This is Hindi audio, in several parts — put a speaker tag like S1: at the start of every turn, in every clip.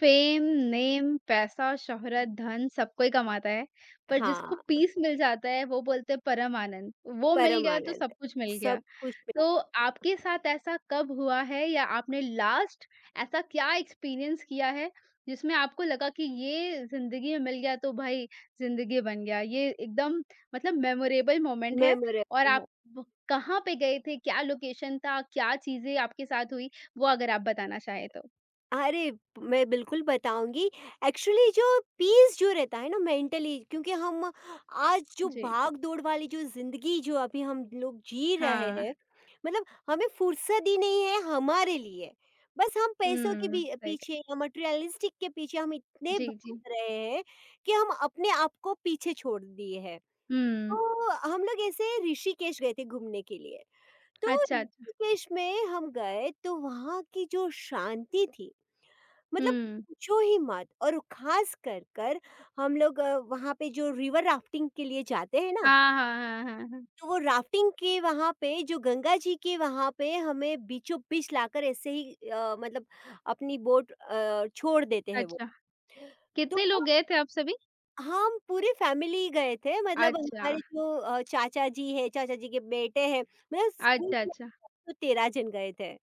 S1: फेम, नेम, पैसा, शोहरत, धन सब कोई कमाता है, पर जिसको
S2: हाँ,
S1: पीस मिल जाता है वो बोलते हैं परम आनंद, वो मिल
S2: परम
S1: गया तो सब
S2: आनंद,
S1: कुछ मिल गया।
S2: सब कुछ
S1: तो आपके साथ ऐसा कब हुआ है या आपने लास्ट ऐसा क्या एक्सपीरियंस किया है जिसमें आपको लगा कि ये ज़िंदगी में मिल गया तो भाई ज़िंदगी बन गया, ये एकदम मतलब मेमोरेबल मोमेंट है और
S2: मेमोरेबल
S1: आप
S2: है।
S1: ब कहाँ पे गए थे, क्या लोकेशन था, क्या चीज़ें आपके साथ हुई, वो अगर आप बताना चाहें तो?
S2: अरे! मैं बिल्कुल बताऊँगी। एक्चुअली जो पीस जो रहता है ना मेंटली, क्योंकि हम आज जो
S1: जी,
S2: भाग-दौड़ वाली जो ज़िंदगी जो अभी हम लोग जी रहे
S1: हाँ।
S2: हैं, मतलब हमें फुर्सत ही नहीं है हमारे लिए। बस हम पैसों के
S1: हुँ,
S2: भी
S1: सही कहा।
S2: पीछे या मटेरियलिस्टिक के पीछे हम इतने
S1: जी, जी।
S2: भाग रहे हैं कि हम अपने आप को पीछे छोड़ दिए हैं।
S1: हुँ,
S2: तो हम लोग ऐसे ऋषिकेश गए थे घूमने के लिए। तो
S1: अच्छा, अच्छा।
S2: ऋषिकेश में हम गए तो वहाँ की जो शांति थी, मतलब
S1: हुँ।
S2: पूछो ही मत। और खास कर कर हम लोग वहाँ पे जो रिवर राफ्टिंग के लिए जाते हैं ना,
S1: हाँ, हाँ, हाँ, हाँ, हाँ।
S2: तो वो राफ्टिंग के वहाँ पे जो गंगा जी के वहाँ पे हमें बीचों बीच लाकर ऐसे ही मतलब अपनी बोट छोड़ देते हैं वो।
S1: अच्छा,
S2: तो
S1: कितने लोग गए थे आप सभी?
S2: हम पूरी फैमिली गए थे, मतलब
S1: अच्छा,
S2: हमारे अच्छा। जो चाचा जी हैं, चाचा जी के बेटे हैं, मतलब स्कूल
S1: अच्छा,
S2: में
S1: अच्छा।
S2: तो 13 जन गए थे।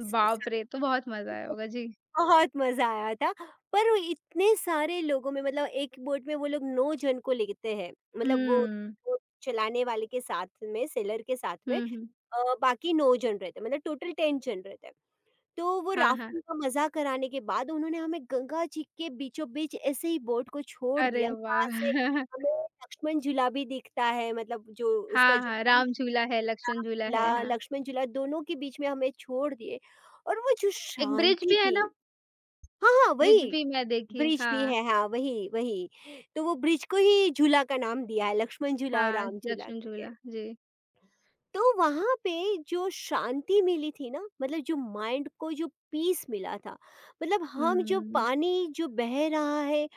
S2: स
S1: बाप
S2: साथ
S1: रे! तो बहुत मज़ा आया
S2: में
S1: होगा। जी।
S2: बहुत मज़ा आया था, पर वो इतने सारे लोगों में मतलब एक बोट में वो लोग 9 जन को लेते हैं, मतलब वो
S1: हुँ,
S2: बोट चलाने वाले के साथ में, सेलर के साथ में
S1: हुँ, हुँ।
S2: बाकी 9 जन रहते हैं, मतलब टोटल 10 जन रहते हैं। तो वो
S1: हाँ, हाँ।
S2: राफ्टिंग का मज़ा कराने के बाद उन्होंने हमें गंगा जी के बीचों-बीच ऐसे ही बोट को छोड़
S1: अरे
S2: दिया,
S1: वाह!
S2: जहाँ से हमें लक्ष्मण झूला भी दिखता है, मतलब जो उसका
S1: हाँ,
S2: जो
S1: हाँ, राम झूला है, लक्ष्मण
S2: राम
S1: झूला है,
S2: झूला,
S1: हाँ।
S2: लक्ष्मण झूला दोनों के बीच में हमें छोड़ दिए। और वो जो
S1: एक ब्रिज
S2: शांति
S1: भी है
S2: थी,
S1: ना?
S2: हाँ, हाँ,
S1: ब्रिज
S2: वही
S1: भी मैं देखी।
S2: ब्रिज भी
S1: हाँ,
S2: है, हाँ, वही, वही। तो वो ब्रिज को ही झूला का नाम दिया है, लक्ष्मण झूला और
S1: हाँ,
S2: राम झूला
S1: लक्ष्मण
S2: करके।
S1: झूला। जी।
S2: तो वहां पे जो शांति मिली थी ना, मतलब जो माइंड को जो पीस मिला था, मतलब हम जो
S1: हुँ।
S2: पानी जो बह रहा है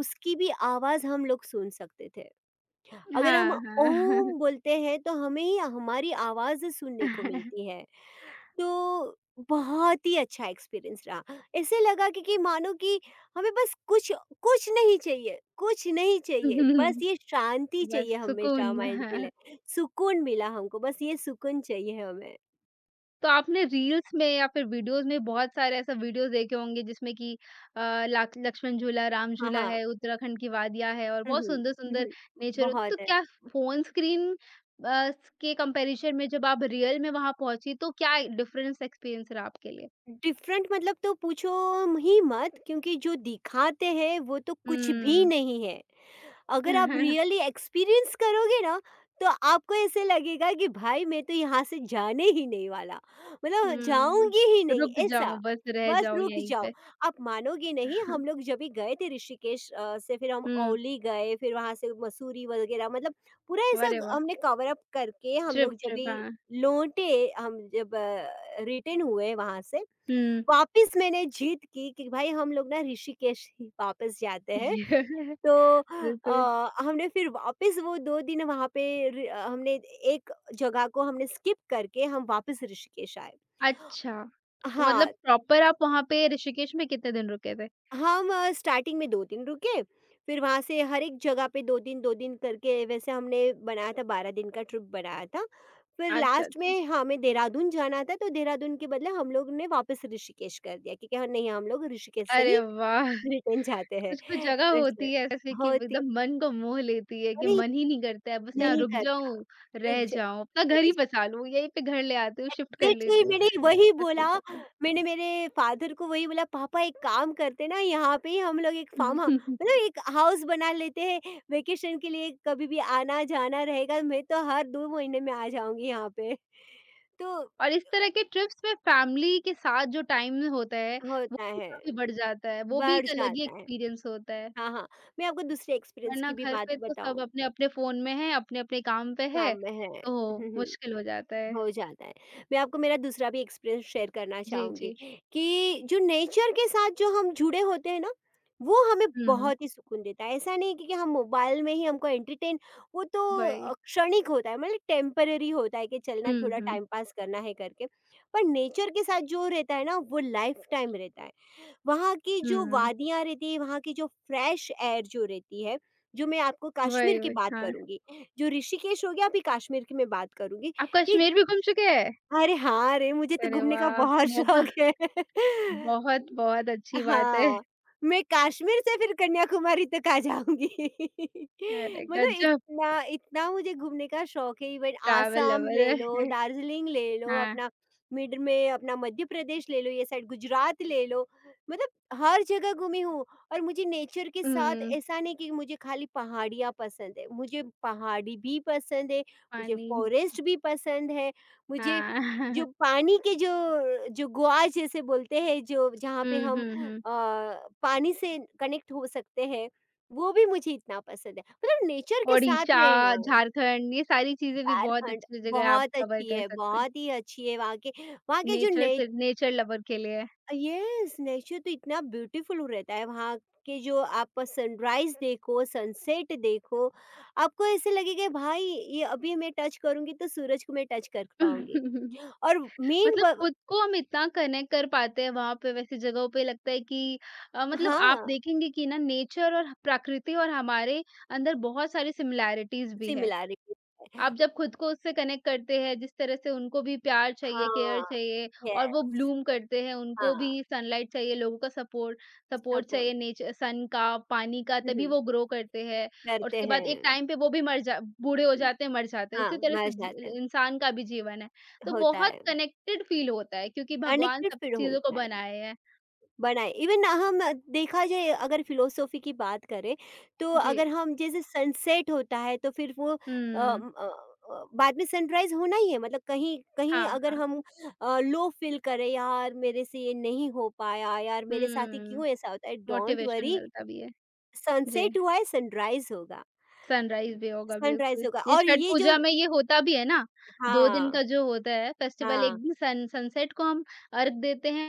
S2: उसकी भी आवाज हम लोग सुन सकते थे। अगर हम
S1: हाँ, हाँ।
S2: ओम बोलते हैं तो हमें ही हमारी आवाज़ सुनने को मिलती है। तो बहुत ही अच्छा एक्सपीरियंस रहा। ऐसे लगा कि मानो कि हमें बस कुछ कुछ नहीं चाहिए, बस ये शांति
S1: बस
S2: चाहिए
S1: सुकून।
S2: हमेशा माइंड के लिए। सुकून मिला हमको, बस ये सुकून चाहिए हमें।
S1: तो आपने रील्स में या फिर वीडियोस में बहुत सारे ऐसा वीडियोस देखे होंगे जिसमें कि अ, लाक लक्ष्मण झूला, राम
S2: हाँ,
S1: झूला
S2: हाँ।
S1: है, उत्तराखंड की वादियाँ है और
S2: हुँ,
S1: बहुत
S2: हुँ। हुँ,
S1: सुंदर-सुंदर
S2: हुँ।
S1: नेचर हो। तो
S2: बहुत है।
S1: क्या फ़ोन स्क्रीन अ, के कंपैरिज़न में जब आप रियल में वहाँ पहुँची तो क्या डिफरेंस एक्सपीरियंस रहा आपके लिए?
S2: डिफ़रेंट मतलब तो पूछो ही मत, क्योंकि जो दिखाते हैं वो तो कुछ भी
S1: हुँ।
S2: नहीं है। अगर आप रियली एक्सपीरियंस करोगे ना तो आपको ऐसे लगेगा कि भाई मैं तो यहाँ से जाने ही नहीं वाला, मतलब
S1: हुँ।
S2: जाऊंगी ही नहीं
S1: रुक जाऊँ,
S2: ऐसा।
S1: बस रह
S2: बस
S1: जाऊँ
S2: रुक
S1: यहीं
S2: जाओ,
S1: पे।
S2: आप मानोगे नहीं। हम लोग जब भी गए थे ऋषिकेश से फिर हम
S1: हुँ,
S2: औली गए, फिर वहाँ से मसूरी वगैरह, मतलब पूरा ऐसा
S1: अरे वाह!
S2: हमने कवर अप करके हम लोग
S1: ट्रिप
S2: जब
S1: ट्रिप
S2: भी
S1: हाँ।
S2: लौटे, हम जब रिटर्न हुए वहाँ से
S1: हुँ।
S2: वापस, मैंने जीत की कि भाई हम लोग ना ऋषिकेश ही वापस जाते हैं। तो
S1: बिल्कुल।
S2: हमने फिर वापस वो 2 दिन वहाँ पे हमने एक जगह को हमने स्किप करके हम वापस ऋषिकेश आए।
S1: अच्छा। तो मतलब
S2: हाँ,
S1: प्रॉपर आप वहाँ पे ऋषिकेश में कितने दिन रुके थे?
S2: हम स्टार्टिंग में 2 दिन रुके, फिर वहाँ से हर एक जगह पे 2 दिन, 2 दिन करके। वैसे हमने बनाया था, 12 दिन का ट्रिप बनाया था। फिर
S1: अच्छा,
S2: लास्ट
S1: अच्छा।
S2: में हाँ, हमें देहरादून जाना था, तो देहरादून के बदले हम लोग ने वापस ऋषिकेश कर दिया, क्योंकि हाँ, नहीं, हम लोग ऋषिकेश से
S1: अरे
S2: ही
S1: वाह!
S2: रिटर्न जाते हैं।
S1: कुछ-कुछ जगह
S2: वैसे
S1: होती है ऐसे कि
S2: होती,
S1: एकदम मन को मोह लेती है कि
S2: अरे!
S1: मन ही नहीं करता है, बस यहाँ
S2: नहीं
S1: रुक
S2: करता,
S1: जाऊँ,
S2: रुक
S1: रह
S2: जाओ।
S1: जाऊँ, अपना घर ही बसा लूँ, यहीं पे घर ले आती हूँ, शिफ्ट कर लेती
S2: एग्ज़ैक्टली
S1: हूँ।
S2: मैंने वही
S1: ऐसा
S2: बोला,
S1: फ़ील आता
S2: मैंने मेरे फ़ादर को वही बोला, "पापा एक काम करते हैं ना, यहाँ पे ही हम लोग एक फार्म हा
S1: है।
S2: मतलब एक हाउस बना लेते हैं, वेकेशन के लिए कभी भी आना-जाना रहेगा, मैं तो हर 2 महीने में आ जाऊँगी यहाँ पे।" तो
S1: और इस तरह के ट्रिप्स में फैमिली के साथ जो टाइम होता है, वो
S2: होता
S1: भी
S2: है,
S1: काफ़ी बढ़ जाता है, वो भी
S2: बढ़
S1: एक अलग ही
S2: जाता है।
S1: एक्सपीरियंस होता है।
S2: हाँ, हाँ, मैं आपको दूसरे एक्सपीरियंस
S1: वरना
S2: की भी
S1: घर पे
S2: बात
S1: तो सब
S2: बताऊँ,
S1: अपने-अपने फ़ोन में हैं, अपने-अपने काम पे है,
S2: काम में है।
S1: तो
S2: हुँ, हुँ।
S1: मुश्किल हो जाता है।
S2: हो जाता है। मैं आपको मेरा दूसरा भी एक्सपीरियंस शेयर करना
S1: जी,
S2: चाहूँगी
S1: जी।
S2: कि जो नेचर के साथ जो हम जुड़े होते हैं ना, वो हमें
S1: हुँ,
S2: बहुत ही सुकून देता है। ऐसा नहीं कि हम मोबाइल में ही हमको एंटरटेन, वो तो
S1: वही।
S2: क्षणिक होता है, मतलब टेम्परेरी होता है कि चलना
S1: हुँ,
S2: थोड़ा
S1: हुँ,
S2: टाइम पास करना है करके। पर नेचर के साथ जो रहता है ना, वो लाइफ़ टाइम रहता है। वहाँ की जो
S1: हुँ,
S2: वादियाँ रहती है, वहाँ की जो फ्रेश एयर जो रहती है, जो मैं आपको
S1: वही,
S2: कश्मीर की
S1: वही,
S2: बात
S1: हाँ।
S2: करूँगी, जो ऋषिकेश हो गया अभी कश्मीर की मैं बात करूँगी
S1: आप
S2: कि
S1: कश्मीर भी घूम चुके हैं?
S2: अरे हाँ! अरे, मुझे तो
S1: अरे
S2: घूमने का
S1: वाह!
S2: बहुत
S1: मौका
S2: शौक है।
S1: बहुत, बहुत अच्छी बात है।
S2: हाँ, मैं कश्मीर से फिर कन्याकुमारी तक आ जाऊँगी।
S1: अरे
S2: मतलब
S1: गज़ब
S2: इतना इतना मुझे घूमने का शौक है। इवन
S1: ट्रैवल
S2: आसाम
S1: लवर
S2: ले लो,
S1: है।
S2: दार्जिलिंग ले लो,
S1: हाँ,
S2: अपना मिड में अपना मध्य प्रदेश ले लो, ये साइड गुजरात ले लो, मतलब हर जगह घूमी हूँ। और मुझे नेचर के साथ
S1: हुँ,
S2: ऐसा नहीं कि मुझे खाली पहाड़ियाँ पसंद है, मुझे पहाड़ी भी पसंद है, मुझे
S1: पानी
S2: फ़ॉरेस्ट भी पसंद है, मुझे
S1: हाँ।
S2: जो पानी के जो जो गुआ जैसे बोलते हैं जो जहाँ पे
S1: हुँ,
S2: हम
S1: हुँ, हुँ।
S2: पानी से कनेक्ट हो सकते हैं, वो भी मुझे इतना पसंद है। मतलब नेचर के साथ
S1: ओडिशा,
S2: रहना।
S1: झारखंड ये सारी चीज़ें भी बहुत
S2: झारखंड
S1: अच्छी जगह आप
S2: बहुत
S1: कवर
S2: अच्छी
S1: कर
S2: है,
S1: सकते हैं।
S2: बहुत ही अच्छी है। वहाँ के जो
S1: नेचर
S2: ने
S1: से नेचर लवर के लिए।
S2: येस नेचर तो इतना ब्यूटीफुल रहता है। वहाँ के जो आप सनराइज़ देखो, सनसेट देखो, आपको ऐसे लगेगा भाई ये अभी मैं टच करूँगी तो सूरज को मैं टच कर पाऊँगी। और मेन
S1: मतलब
S2: ब
S1: खुद को हम इतना कनेक्ट कर पाते हैं वहाँ पे वैसी जगहों पे लगता है कि मतलब आप
S2: हाँ।
S1: देखेंगे कि ना नेचर और प्रकृति और हमारे अंदर बहुत सारी सिमिलैरिटीज भी है।
S2: सिमिलैरिटीज़ है।
S1: आप जब खुद को उससे कनेक्ट करते हैं, जिस तरह से उनको भी प्यार चाहिए, केयर
S2: हाँ,
S1: चाहिए और वो
S2: यस।
S1: ब्लूम करते हैं, उनको
S2: हाँ,
S1: भी सनलाइट चाहिए, लोगों का सपोर्ट सपोर्ट चाहिए
S2: सपोर्ट
S1: नेचर सन का, पानी का,
S2: हुँ,
S1: तभी
S2: हुँ,
S1: वो ग्रो करते हैं और
S2: करते
S1: उसके बाद
S2: हैं।
S1: एक टाइम पे वो भी मर जा बूढ़े हो जाते हैं, मर जाते हैं।
S2: हाँ,
S1: उसी तरह
S2: मर
S1: से
S2: जाते हैं,
S1: जी इंसान का भी जीवन है। तो
S2: होता
S1: बहुत
S2: है।
S1: कनेक्टेड फ़ील होता है क्योंकि भगवान
S2: कनेक्टेड
S1: सब
S2: फील
S1: चीज़ों को
S2: होता है,
S1: बनाए हैं।
S2: बनाए इवन हम देखा जाए अगर फिलॉसफी की बात करें, तो
S1: जी।
S2: अगर हम जैसे सनसेट होता है तो फिर वो
S1: हुँ।
S2: बाद में सनराइज़ होना ही है, मतलब कहीं कहीं
S1: हाँ,
S2: अगर
S1: हाँ।
S2: हम लो फील करें, यार मेरे से ये नहीं हो पाया, यार मेरे साथ ही
S1: हुँ।
S2: क्यों ऐसा होता है? डोंट
S1: मोटिवेशन
S2: वरी,
S1: मिलता भी है। जी।
S2: सनसेट हुआ है, सनराइज़ होगा।
S1: सनराइज़ भी होगा
S2: सनराइज़
S1: बिल्कुल।
S2: होगा।
S1: ये
S2: और
S1: छठ
S2: ये जो
S1: पूजा में ये होता भी है ना, 2 दिन
S2: हाँ,
S1: का जो होता है फेस्टिवल
S2: हाँ,
S1: एक दिन सन सनसेट को हम अर्घ देते हैं,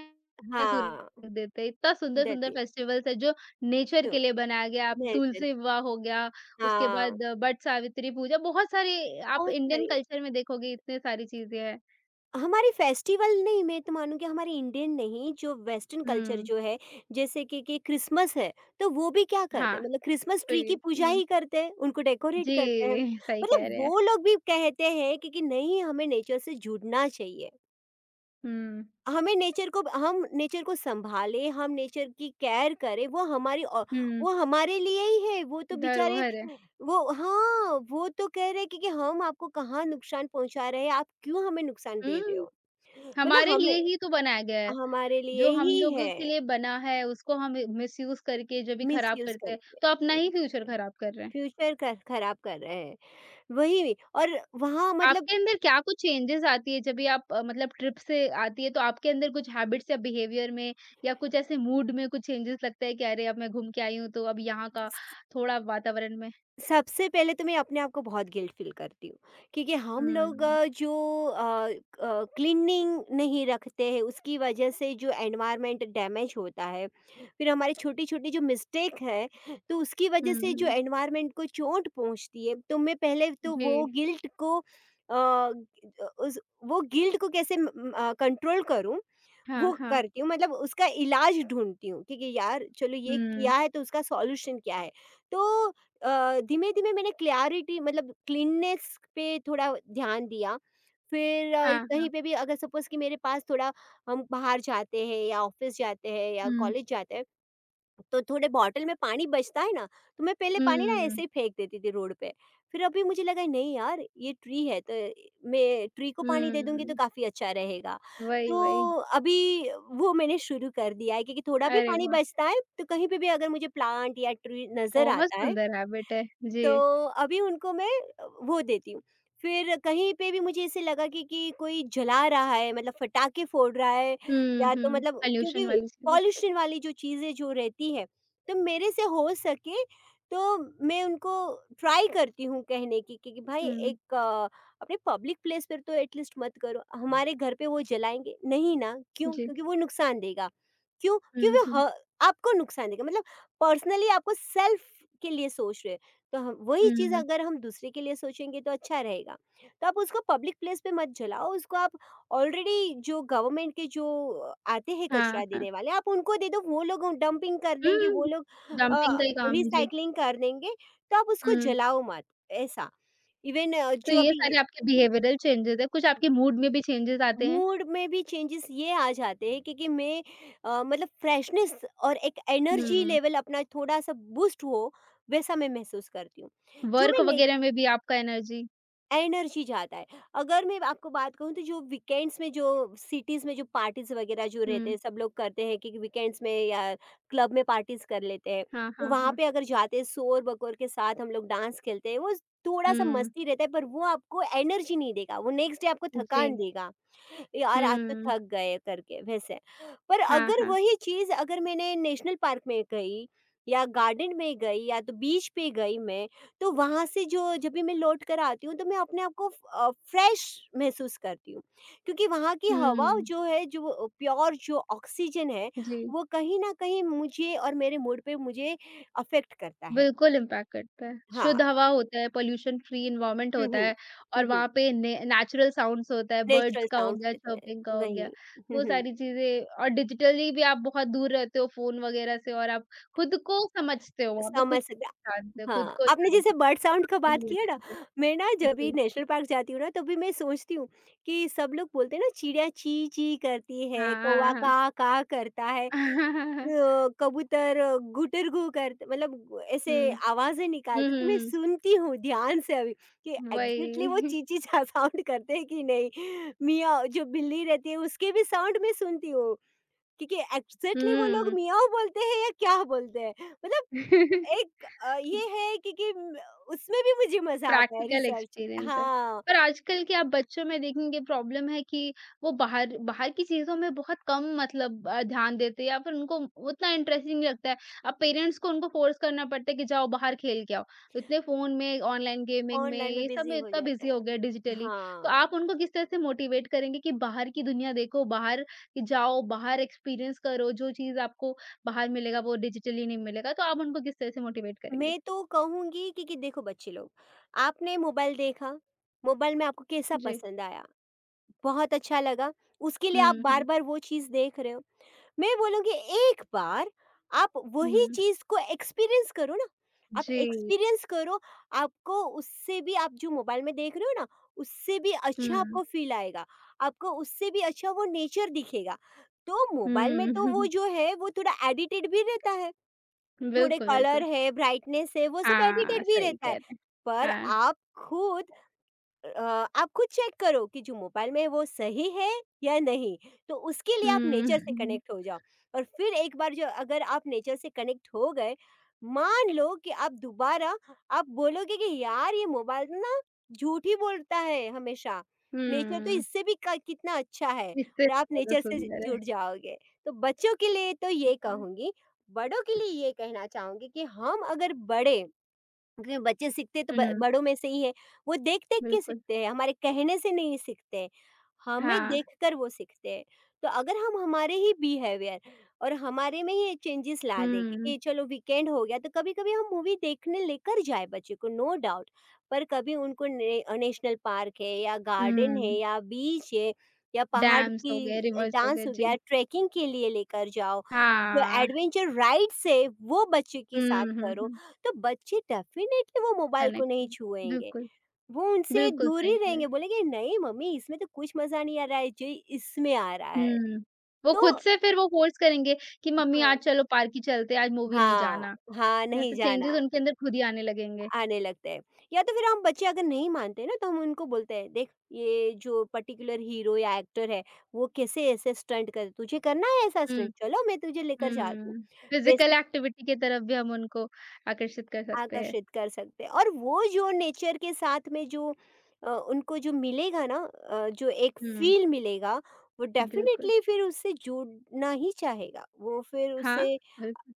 S1: सूर्य
S2: हाँ,
S1: को अर्घ देते हैं। इतना सुंदर-सुंदर
S2: देती है,
S1: फेस्टिवल्स है जो नेचर
S2: जो
S1: के लिए बनाया गया है। आप
S2: नेचर
S1: तुलसी
S2: की
S1: विवाह हो गया, उसके
S2: हाँ,
S1: बाद वट सावित्री पूजा बहुत सारे आप
S2: बहुत
S1: इंडियन
S2: सारी
S1: कल्चर में देखोगे इतने सारी चीज़ें हैं।
S2: हमारे फेस्टिवल नहीं, मैं तो मानूँगी हमारे इंडियन नहीं, जो वेस्टर्न कल्चर
S1: हुँ,
S2: जो है, जैसे कि क्रिसमस है, तो वो भी क्या करते
S1: हाँ,
S2: हैं, मतलब क्रिसमस ट्री की
S1: पेड़
S2: पूजा
S1: हुँ,
S2: ही करते हैं, उनको डेकोरेट करते हैं।
S1: जी, सही कह
S2: मतलब
S1: रहे हैं।
S2: वो लोग भी कहते हैं कि नहीं, हमें नेचर से जुड़ना चाहिए।
S1: हुँ।
S2: हमें नेचर को, हम नेचर को सँभालें, हम नेचर की केयर करें, वो हमारी औ
S1: हुँ,
S2: वो हमारे लिए ही है, वो तो बेचारे
S1: धरोहर है।
S2: वो हाँ, वो तो कह रहे हैं कि हम आपको कहाँ नुकसान पहुँचा रहे हैं, आप क्यों हमें नुकसान दे रहे
S1: हुँ,
S2: हो? मतलब
S1: हमारे लिए
S2: हमें
S1: ही तो बनाया गया है।
S2: हमारे लिए
S1: जो हम
S2: ही
S1: लोगों
S2: है,
S1: के लिए बना है, उसको हम मिसयूज़ करके जो भी खराब
S2: मिसयूज़
S1: करते हैं,
S2: करके।
S1: तो अपना ही फ्यूचर खराब कर रहे हैं।
S2: फ्यूचर ख खराब कर रहे हैं, वही। और वहाँ मतलब
S1: आपके अंदर क्या कुछ चेंजेज़ आती है जब भी आप मतलब ट्रिप से आती है, तो आपके अंदर कुछ हैबिट्स या बिहेवियर में या कुछ ऐसे मूड में कुछ चेंजेज़ लगता है कि अरे! अब मैं घूम के आई हूँ, तो अब यहाँ का थोड़ा वातावरण में
S2: सबसे पहले तो मैं अपने आप को बहुत गिल्ट फ़ील करती हूँ, क्योंकि हम लोग
S1: हुँ।
S2: अ, जो अ, क क्लीनिंग नहीं रखते हैं, उसकी वजह से जो एनवायरनमेंट डैमेज होता है, फिर हमारी छोटी-छोटी जो मिस्टेक है, तो उसकी
S1: हुँ,
S2: वजह से जो
S1: हुँ।
S2: एनवायरनमेंट को चोट पहुँचती है, तो मैं पहले तो
S1: जी।
S2: वो गिल्ट को अ, उस वो गिल्ट को कैसे म म अ, कंट्रोल करूँ,
S1: हाँ,
S2: वो
S1: हाँ।
S2: करती हूँ, मतलब उसका इलाज ढूँढती हूँ, ठीक है यार चलो ये
S1: हुँ।
S2: किया है तो उसका सॉल्यूशन क्या है? तो धीमे-धीमे मैंने क्लैरिटी मतलब क्लीननेस पे थोड़ा ध्यान दिया। फिर
S1: हाँ,
S2: कहीं
S1: हाँ।
S2: पे भी अगर सपोज़ कि मेरे पास थोड़ा, हम बाहर जाते हैं या ऑफ़िस जाते हैं या
S1: हुँ।
S2: कॉलेज जाते हैं, तो थोड़े बॉटल में पानी बचता है ना, तो मैं पहले पानी ना
S1: हुँ,
S2: ऐसे ही फेंक देती थी रोड पे। फिर अभी मुझे लगा नहीं यार ये ट्री है तो मैं ट्री को पानी दे दूँगी तो
S1: हुँ।
S2: काफ़ी अच्छा रहेगा।
S1: वही,
S2: तो
S1: वही।
S2: अभी वो मैंने शुरू कर दिया है, क्योंकि थोड़ा भी
S1: अरे
S2: पानी
S1: वाह!
S2: बचता है तो कहीं पे भी अगर मुझे प्लांट या ट्री नज़र
S1: बहुत
S2: आता है
S1: सुंदर हैबिट है। जी।
S2: तो अभी उनको मैं वो देती हूँ। फिर कहीं पे भी मुझे ऐसे लगा कि कोई जला रहा है, मतलब पटाखे फोड़ रहा है
S1: हुँ,
S2: या तो
S1: हुँ,
S2: मतलब, क्योंकि
S1: पॉल्यूशन वाली चीज़ें।
S2: पॉल्यूशन वाली जो चीज़ें जो रहती है, तो मेरे से हो सके तो मैं उनको ट्राई करती हूँ कहने की कि भाई
S1: हुँ,
S2: एक अपने पब्लिक प्लेस पर तो एटलीस्ट मत करो। हमारे घर पे वो जलाएँगे, नहीं ना, क्यों?
S1: जी।
S2: क्योंकि वो नुकसान देगा। क्यों?
S1: हुँ,
S2: क्योंकि
S1: हुँ,
S2: वो ह आपको नुकसान देगा। मतलब पर्सनली आपको सेल्फ के लिए सोच रहे हैं। तो हम वही चीज़,
S1: हुँ,
S2: अगर हम दूसरे के लिए सोचेंगे तो अच्छा रहेगा। तो आप उसको पब्लिक प्लेस पे मत जलाओ, उसको आप ऑलरेडी जो गवर्नमेंट के जो आते हैं
S1: हाँ,
S2: कचरा
S1: हाँ।
S2: देने वाले, आप उनको दे दो, वो लोग डंपिंग कर देंगे,
S1: हुँ,
S2: वो लोग अ,
S1: डंपिंग का ही काम है, जी।
S2: रिसाइक्लिंग कर देंगे, तो आप उसको
S1: हुँ,
S2: जलाओ मत, ऐसा। इवन
S1: तो
S2: जो
S1: ये
S2: अभी
S1: सारे आपके बिहेवियरल चेंजेज़ हैं, कुछ आपके मूड में भी चेंजेज़ आते हैं?
S2: मूड में भी चेंजेस ये आ जाते हैं, क्योंकि मैं मतलब फ्रेशनेस और एक एनर्जी
S1: हुँ,
S2: लेवल अपना थोड़ा-सा बूस्ट हो, वैसा मैं महसूस करती हूँ। जो
S1: वर्क
S2: मैं ने
S1: वगैरह में भी आपका एनर्जी
S2: एनर्जी जाता है। अगर मैं आपको बात कहूँ तो जो वीकेंड्स में, जो सिटीज़ में जो पार्टीज़ वगैरह जो रहते
S1: हुँ,
S2: हैं, सब लोग करते हैं कि वीकेंड्स में या क्लब में पार्टीज़ कर लेते हैं।
S1: हाँ,
S2: तो
S1: हाँ,
S2: वहाँ
S1: हाँ।
S2: पे अगर जाते हैं शोर-बकोर के साथ, हम लोग डांस खेलते हैं, वो थोड़ा-सा
S1: हुँ,
S2: मस्ती रहता है, पर वो आपको एनर्जी नहीं देगा, वो नेक्स्ट डे आपको
S1: जी।
S2: थकान देगा। यार आज तो
S1: हुँ,
S2: थक गए करके वैसे। पर
S1: हाँ,
S2: अगर
S1: हाँ।
S2: वही चीज़, अगर मैंने नेशनल पार्क में गई या गार्डन में गई या तो बीच पे गई मैं, तो वहाँ से जो, जब भी मैं लौट कर आती हूँ तो मैं अपने आप को फ्रेश महसूस करती हूँ, क्योंकि वहाँ की हवा
S1: हुँ,
S2: जो है, जो प्योर जो ऑक्सीजन है,
S1: जी।
S2: वो कहीं ना कहीं मुझे और मेरे मूड पे मुझे अफेक्ट करता है।
S1: बिल्कुल इम्पैक्ट करता है। शुद्ध
S2: हाँ।
S1: हवा होता है, पॉल्यूशन फ्री एनवायरनमेंट
S2: हम्म
S1: होता है और
S2: हम्म।
S1: वहाँ पे ने नेचुरल साउंड्स होता है, बर्ड्स
S2: नेचुरल
S1: का हो
S2: साउंड
S1: गया,
S2: देता है
S1: चर्पिंग का हो
S2: वही।
S1: गया, वो
S2: हम्म।
S1: सारी चीज़ें और डिजिटली भी आप बहुत दूर रहते हो फ़ोन वगैरह से और आप खुद को समझते हो, वहाँ पे खुद
S2: समझ
S1: को
S2: सकते हैं।
S1: पहचानते हो, खुद
S2: हाँ,
S1: को
S2: आपने जैसे
S1: जानते
S2: बर्ड साउंड का बात
S1: हो। ये
S2: किया ना,
S1: time
S2: मैं ना जब
S1: पे।
S2: भी
S1: जी।
S2: नेशनल पार्क जाती हूँ ना, तब भी मैं सोचती हूँ कि सब लोग बोलते हैं ना, चिड़िया चीं चीं करती है,
S1: हाँ, हाँ,
S2: कौवा
S1: हाँ।
S2: kaa kaa करता है, कबूतर गुटरगू करते मतलब
S1: हुँ।
S2: ऐसे आवाज़ें
S1: हुँ,
S2: निकालते, तो मैं
S1: हुँ,
S2: सुनती हूँ ध्यान से अभी कि
S1: हुँ।
S2: एग्ज़ैक्टली वो
S1: वही।
S2: चीं चीं सा साउंड करते हैं कि नहीं। मियाँव जो बिल्ली रहती है उसके भी साउंड मैं सुनती हूँ, क्योंकि एग्ज़ैक्टली वो लोग
S1: हुँ।
S2: मियाँव बोलते हैं या क्या बोलते हैं? मतलब एक ये है कि म उसमें भी मुझे मज़ा आता है
S1: प्रैक्टिकल
S2: रिसर्च।
S1: एक्सपीरियंस है।
S2: हाँ।
S1: पर आजकल के आप बच्चों में देखेंगे प्रॉब्लम है कि वो बाहर बाहर की चीज़ों में बहुत कम मतलब ध्यान देते हैं या फिर उनको उतना इंटरेस्टिंग नहीं लगता है। अब पेरेंट्स को उनको फ़ोर्स करना पड़ता है कि जाओ बाहर खेल के आओ। तो इतने फ़ोन में, ऑनलाइन गेमिंग में,
S2: ऑनलाइन में
S1: ये सब
S2: बिज़ी
S1: में
S2: हो
S1: इतना
S2: जाते
S1: बिज़ी हो गए
S2: हैं।
S1: डिजिटली। तो
S2: हाँ।
S1: आप उनको किस तरह से मोटिवेट करेंगे कि बाहर की दुनिया देखो, बाहर कि जाओ, बाहर एक्सपीरियंस करो, जो चीज़ आपको बाहर मिलेगा वो डिजिटली नहीं मिलेगा। तो आप उनको किस तरह से मोटिवेट करेंगे?
S2: मैं तो कहूँगी कि देखो बच्चे लोग, आपने मोबाइल देखा, मोबाइल में आपको कैसा
S1: जी।
S2: पसंद आया, बहुत अच्छा लगा, उसके लिए आप
S1: हुँ, हुँ।
S2: बार-बार वो चीज़ देख रहे हो। मैं बोलूँगी एक बार आप वही
S1: हुँ।
S2: चीज़ को एक्सपीरियंस करो ना। आप
S1: जी।
S2: एक्सपीरियंस करो, आपको उससे भी, आप जो मोबाइल में देख रहे हो ना, उससे भी अच्छा
S1: हुँ।
S2: आपको फ़ील आएगा। आपको उससे भी अच्छा वो नेचर दिखेगा। तो मोबाइल में तो वो
S1: हुँ।
S2: जो है वो थोड़ा एडिटेड भी रहता है। थोड़े
S1: बिल्कुल,
S2: कलर
S1: बिल्कुल।
S2: है, ब्राइटनेस है, वो सब
S1: हाँ,
S2: एडिटेड भी
S1: सही
S2: रहता है।
S1: कह रहे हैं।
S2: पर
S1: हाँ।
S2: आप खुद अ, आप खुद चेक करो कि जो मोबाइल में है वो सही है या नहीं, तो उसके लिए आप नेचर से
S1: हुँ।
S2: कनेक्ट हो जाओ। और फिर एक बार जो, अगर आप नेचर से कनेक्ट हो गए, मान लो कि आप दोबारा आप बोलोगे कि यार ये मोबाइल ना झूठ ही बोलता है हमेशा। नेचर तो
S1: हुँ।
S2: इससे भी कितना अच्छा है,
S1: इससे
S2: और आप
S1: ज़्यादा
S2: नेचर से
S1: सुंदर है।
S2: जुड़ जाओगे। तो बच्चों के लिए तो ये कहूंगी, बड़ों के लिए ये कहना चाहूंगी कि हम अगर बड़े, क्योंकि बच्चे सीखते तो ब
S1: हुँ,
S2: बड़ों में से ही है। वो देख-देख के
S1: बिल्कुल।
S2: सीखते हैं, हमारे कहने से नहीं सीखते हैं, हमें
S1: हाँ।
S2: देखकर वो सीखते हैं। तो अगर हम हमारे ही बिहेवियर और हमारे में ही चेंजेस ला दें,
S1: हुँ,
S2: क्योंकि चलो वीकेंड हो गया तो कभी-कभी हम मूवी देखने लेकर जाएँ बच्चे को, नो डाउट। पर कभी उनको नेशनल पार्क है या गार्डन है
S1: हुँ।
S2: या बीच है या पहाड़
S1: डैम्स हो गए,
S2: की
S1: रिवर्स हो गए।
S2: डांस हो
S1: जी।
S2: गया, ट्रैकिंग के लिए लेकर जाओ। जो
S1: हाँ।
S2: एडवेंचर राइड्स है वो बच्चे के
S1: हुँ,
S2: साथ
S1: हुँ,
S2: करो।
S1: हुँ।
S2: तो बच्चे डेफिनेटली वो मोबाइल को
S1: कनेक्ट
S2: नहीं छुएंगे,
S1: बिल्कुल,
S2: वो उनसे
S1: बिल्कुल
S2: दूर
S1: सही
S2: ही
S1: कह रहे हैं।
S2: रहेंगे, बोलेंगे नहीं मम्मी इसमें तो कुछ मज़ा नहीं आ रहा है, जो इसमें आ रहा है।
S1: हुँ। वो
S2: तो
S1: खुद से फिर वो फ़ोर्स करेंगे कि मम्मी आज
S2: हाँ,
S1: चलो पार्क ही चलते हैं, आज मूवी नहीं
S2: हाँ,
S1: जाना।
S2: हाँ, नहीं
S1: ऐसे चेंजेस
S2: जाना।
S1: उनके अंदर खुद ही आने लगेंगे।
S2: आने लगते हैं। या तो फिर हम बच्चे अगर नहीं मानते ना, तो हम उनको बोलते हैं देख ये जो पर्टिकुलर हीरो या एक्टर है, वो कैसे ऐसे स्टंट कर, तुझे करना है ऐसा
S1: हुँ।
S2: स्टंट, चलो मैं तुझे लेकर जाती हूँ।
S1: हुँ, फिज़िकल
S2: वैसे
S1: एक्टिविटी की तरफ भी हम उनको आकर्षित कर सकते हैं।
S2: आकर्षित कर सकते हैं, और वो जो नेचर के साथ में जो उनको जो मिलेगा ना, जो एक
S1: हुँ,
S2: फील मिलेगा, वो
S1: बिल्कुल।
S2: डेफिनेटली फिर उससे जुड़ना ही चाहेगा, वो फिर
S1: हाँ,
S2: उसे,
S1: बिल्कुल।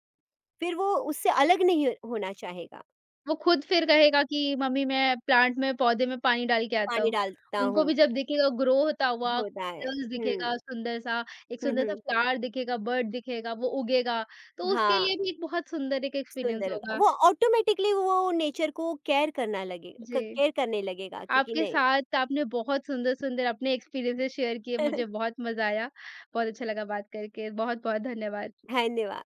S2: फिर वो उससे अलग नहीं होना चाहेगा।
S1: वो खुद फिर कहेगा कि मम्मी मैं प्लांट में पौधे में पानी डाल के आता
S2: पानी
S1: हूँ।
S2: डालता
S1: उनको
S2: हूँ।
S1: भी जब दिखेगा ग्रो होता हुआ,
S2: होता है।
S1: कलर्स दिखेगा सुंदर-सा, एक
S2: हम्म
S1: सुंदर-सा
S2: हम्म,
S1: फ्लावर दिखेगा, बर्ड दिखेगा, वो उगेगा, तो उसके
S2: हाँ।
S1: लिए भी एक बहुत सुंदर एक एक्सपीरियंस
S2: सुंदर होगा,
S1: होगा।
S2: वो ऑटोमेटिकली वो नेचर को केयर करना लगेगा,
S1: जी,
S2: केयर करने लगेगा क्योंकि
S1: आपके
S2: नहीं।
S1: साथ आपने बहुत सुंदर-सुंदर अपने एक्सपीरियंसेस शेयर किए, मुझे बहुत मज़ा आया। बहुत अच्छा लगा बात करके। बहुत-बहुत धन्यवाद।
S2: धन्यवाद।